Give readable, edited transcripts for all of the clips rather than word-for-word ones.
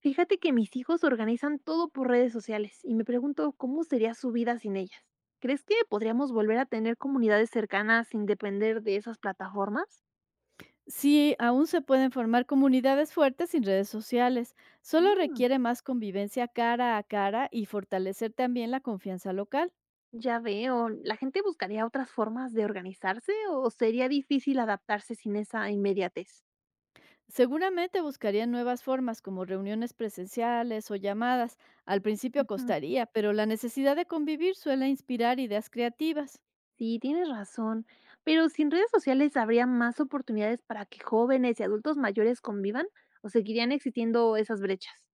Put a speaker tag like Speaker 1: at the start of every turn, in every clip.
Speaker 1: Fíjate que mis hijos organizan todo por redes sociales y me pregunto cómo sería su vida sin ellas. ¿Crees que podríamos volver a tener comunidades cercanas sin depender de esas plataformas?
Speaker 2: Sí, aún se pueden formar comunidades fuertes sin redes sociales. Solo
Speaker 1: Mm,
Speaker 2: requiere más convivencia cara a cara y fortalecer también la confianza local.
Speaker 1: ya veo, ¿la gente buscaría otras formas de organizarse o sería difícil adaptarse sin esa inmediatez?
Speaker 2: Seguramente buscarían nuevas formas como reuniones presenciales o llamadas. Al principio
Speaker 1: Ujú.
Speaker 2: costaría, pero la necesidad de convivir suele inspirar ideas creativas.
Speaker 1: Sí, tienes razón, pero sin redes sociales habría más oportunidades para que jóvenes y adultos mayores convivan o seguirían existiendo esas brechas.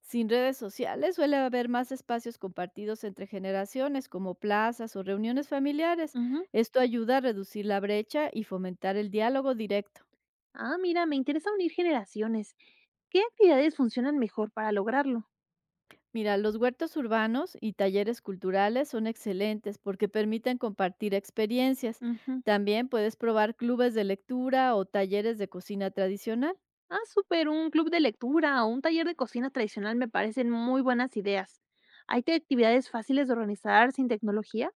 Speaker 2: Sin redes sociales suele haber más espacios compartidos entre generaciones, como plazas o reuniones familiares.
Speaker 1: Ujú.
Speaker 2: Esto ayuda a reducir la brecha y fomentar el diálogo directo.
Speaker 1: Ah, mira, me interesa unir generaciones. ¿Qué actividades funcionan mejor para lograrlo?
Speaker 2: Mira, los huertos urbanos y talleres culturales son excelentes porque permiten compartir experiencias.
Speaker 1: Ujú.
Speaker 2: También puedes probar clubes de lectura o talleres de cocina tradicional.
Speaker 1: Ah, súper, un club de lectura o un taller de cocina tradicional me parecen muy buenas ideas. ¿Hay actividades fáciles de organizar sin tecnología?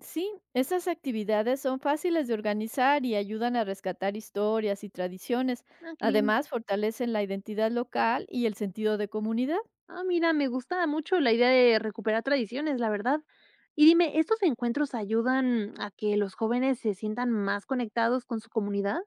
Speaker 2: Sí, esas actividades son fáciles de organizar y ayudan a rescatar historias y tradiciones.
Speaker 1: Ah, qué bien.
Speaker 2: Además, fortalecen la identidad local y el sentido de comunidad.
Speaker 1: Ah, mira, me gusta mucho la idea de recuperar tradiciones, la verdad. Y dime, ¿estos encuentros ayudan a que los jóvenes se sientan más conectados con su comunidad?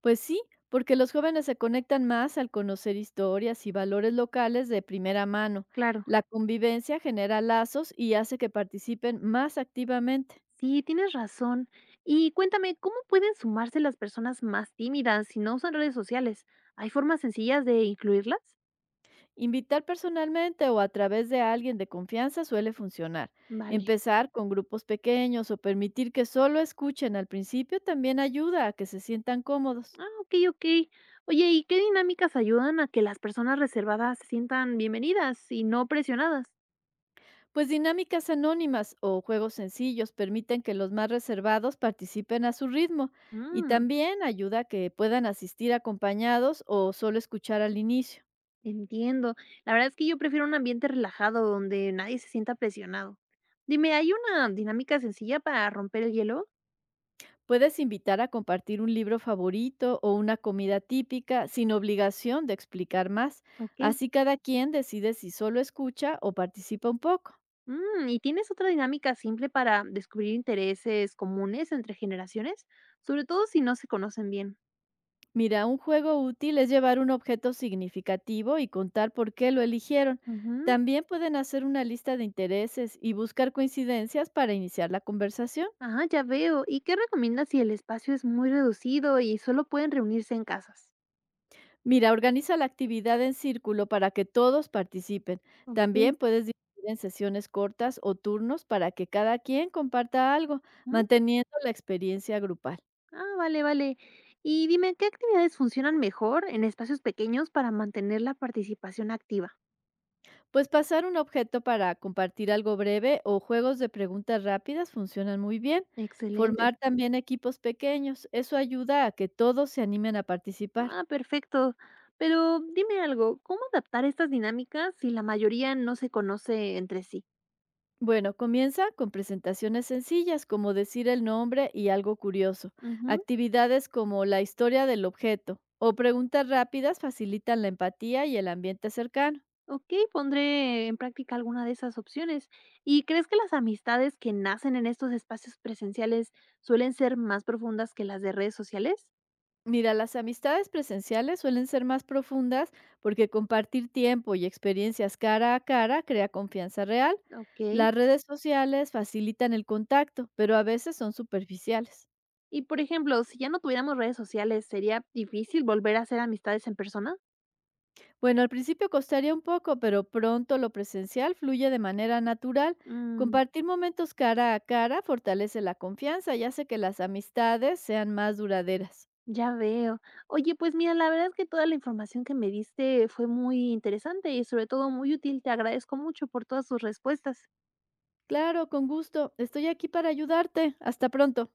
Speaker 2: Pues sí, porque los jóvenes se conectan más al conocer historias y valores locales de primera mano.
Speaker 1: Claro.
Speaker 2: La convivencia genera lazos y hace que participen más activamente.
Speaker 1: Sí, tienes razón. Y cuéntame, ¿cómo pueden sumarse las personas más tímidas si no usan redes sociales? ¿Hay formas sencillas de incluirlas?
Speaker 2: Invitar personalmente o a través de alguien de confianza suele funcionar.
Speaker 1: Vale.
Speaker 2: Empezar con grupos pequeños o permitir que solo escuchen al principio también ayuda a que se sientan cómodos.
Speaker 1: Ah, ok, ok. Oye, ¿y qué dinámicas ayudan a que las personas reservadas se sientan bienvenidas y no presionadas?
Speaker 2: Pues dinámicas anónimas o juegos sencillos permiten que los más reservados participen a su ritmo y
Speaker 1: Mm,
Speaker 2: también ayuda a que puedan asistir acompañados o solo escuchar al inicio.
Speaker 1: Entiendo. La verdad es que yo prefiero un ambiente relajado donde nadie se sienta presionado. Dime, ¿hay una dinámica sencilla para romper el hielo?
Speaker 2: Puedes invitar a compartir un libro favorito o una comida típica sin obligación de explicar más.
Speaker 1: Ok.
Speaker 2: Así cada quien decide si solo escucha o participa un poco.
Speaker 1: ¿Y tienes otra dinámica simple para descubrir intereses comunes entre generaciones? Sobre todo si no se conocen bien.
Speaker 2: Mira, un juego útil es llevar un objeto significativo y contar por qué lo eligieron.
Speaker 1: Ujú.
Speaker 2: También pueden hacer una lista de intereses y buscar coincidencias para iniciar la conversación.
Speaker 1: Ah, ya veo. ¿Y qué recomiendas si el espacio es muy reducido y solo pueden reunirse en casas?
Speaker 2: Mira, organiza la actividad en círculo para que todos participen.
Speaker 1: Ok.
Speaker 2: También puedes dividir en sesiones cortas o turnos para que cada quien comparta algo,
Speaker 1: Ujú.
Speaker 2: manteniendo la experiencia grupal.
Speaker 1: Ah, vale, vale. Y dime, ¿qué actividades funcionan mejor en espacios pequeños para mantener la participación activa?
Speaker 2: Pues pasar un objeto para compartir algo breve o juegos de preguntas rápidas funcionan muy bien.
Speaker 1: Excelente.
Speaker 2: Formar también equipos pequeños, eso ayuda a que todos se animen a participar.
Speaker 1: Ah, perfecto. Pero dime algo, ¿cómo adaptar estas dinámicas si la mayoría no se conoce entre sí?
Speaker 2: Bueno, comienza con presentaciones sencillas como decir el nombre y algo curioso.
Speaker 1: Ujú.
Speaker 2: Actividades como la historia del objeto o preguntas rápidas facilitan la empatía y el ambiente cercano.
Speaker 1: Okey, pondré en práctica alguna de esas opciones. ¿Y crees que las amistades que nacen en estos espacios presenciales suelen ser más profundas que las de redes sociales?
Speaker 2: Mira, las amistades presenciales suelen ser más profundas porque compartir tiempo y experiencias cara a cara crea confianza real.
Speaker 1: Okey.
Speaker 2: Las redes sociales facilitan el contacto, pero a veces son superficiales.
Speaker 1: Y, por ejemplo, si ya no tuviéramos redes sociales, ¿sería difícil volver a hacer amistades en persona?
Speaker 2: Bueno, al principio costaría un poco, pero pronto lo presencial fluye de manera natural.
Speaker 1: Mm,
Speaker 2: Compartir momentos cara a cara fortalece la confianza y hace que las amistades sean más duraderas.
Speaker 1: ya veo. Oye, pues mira, la verdad es que toda la información que me diste fue muy interesante y sobre todo muy útil. Te agradezco mucho por todas tus respuestas.
Speaker 2: Claro, con gusto. Estoy aquí para ayudarte. Hasta pronto.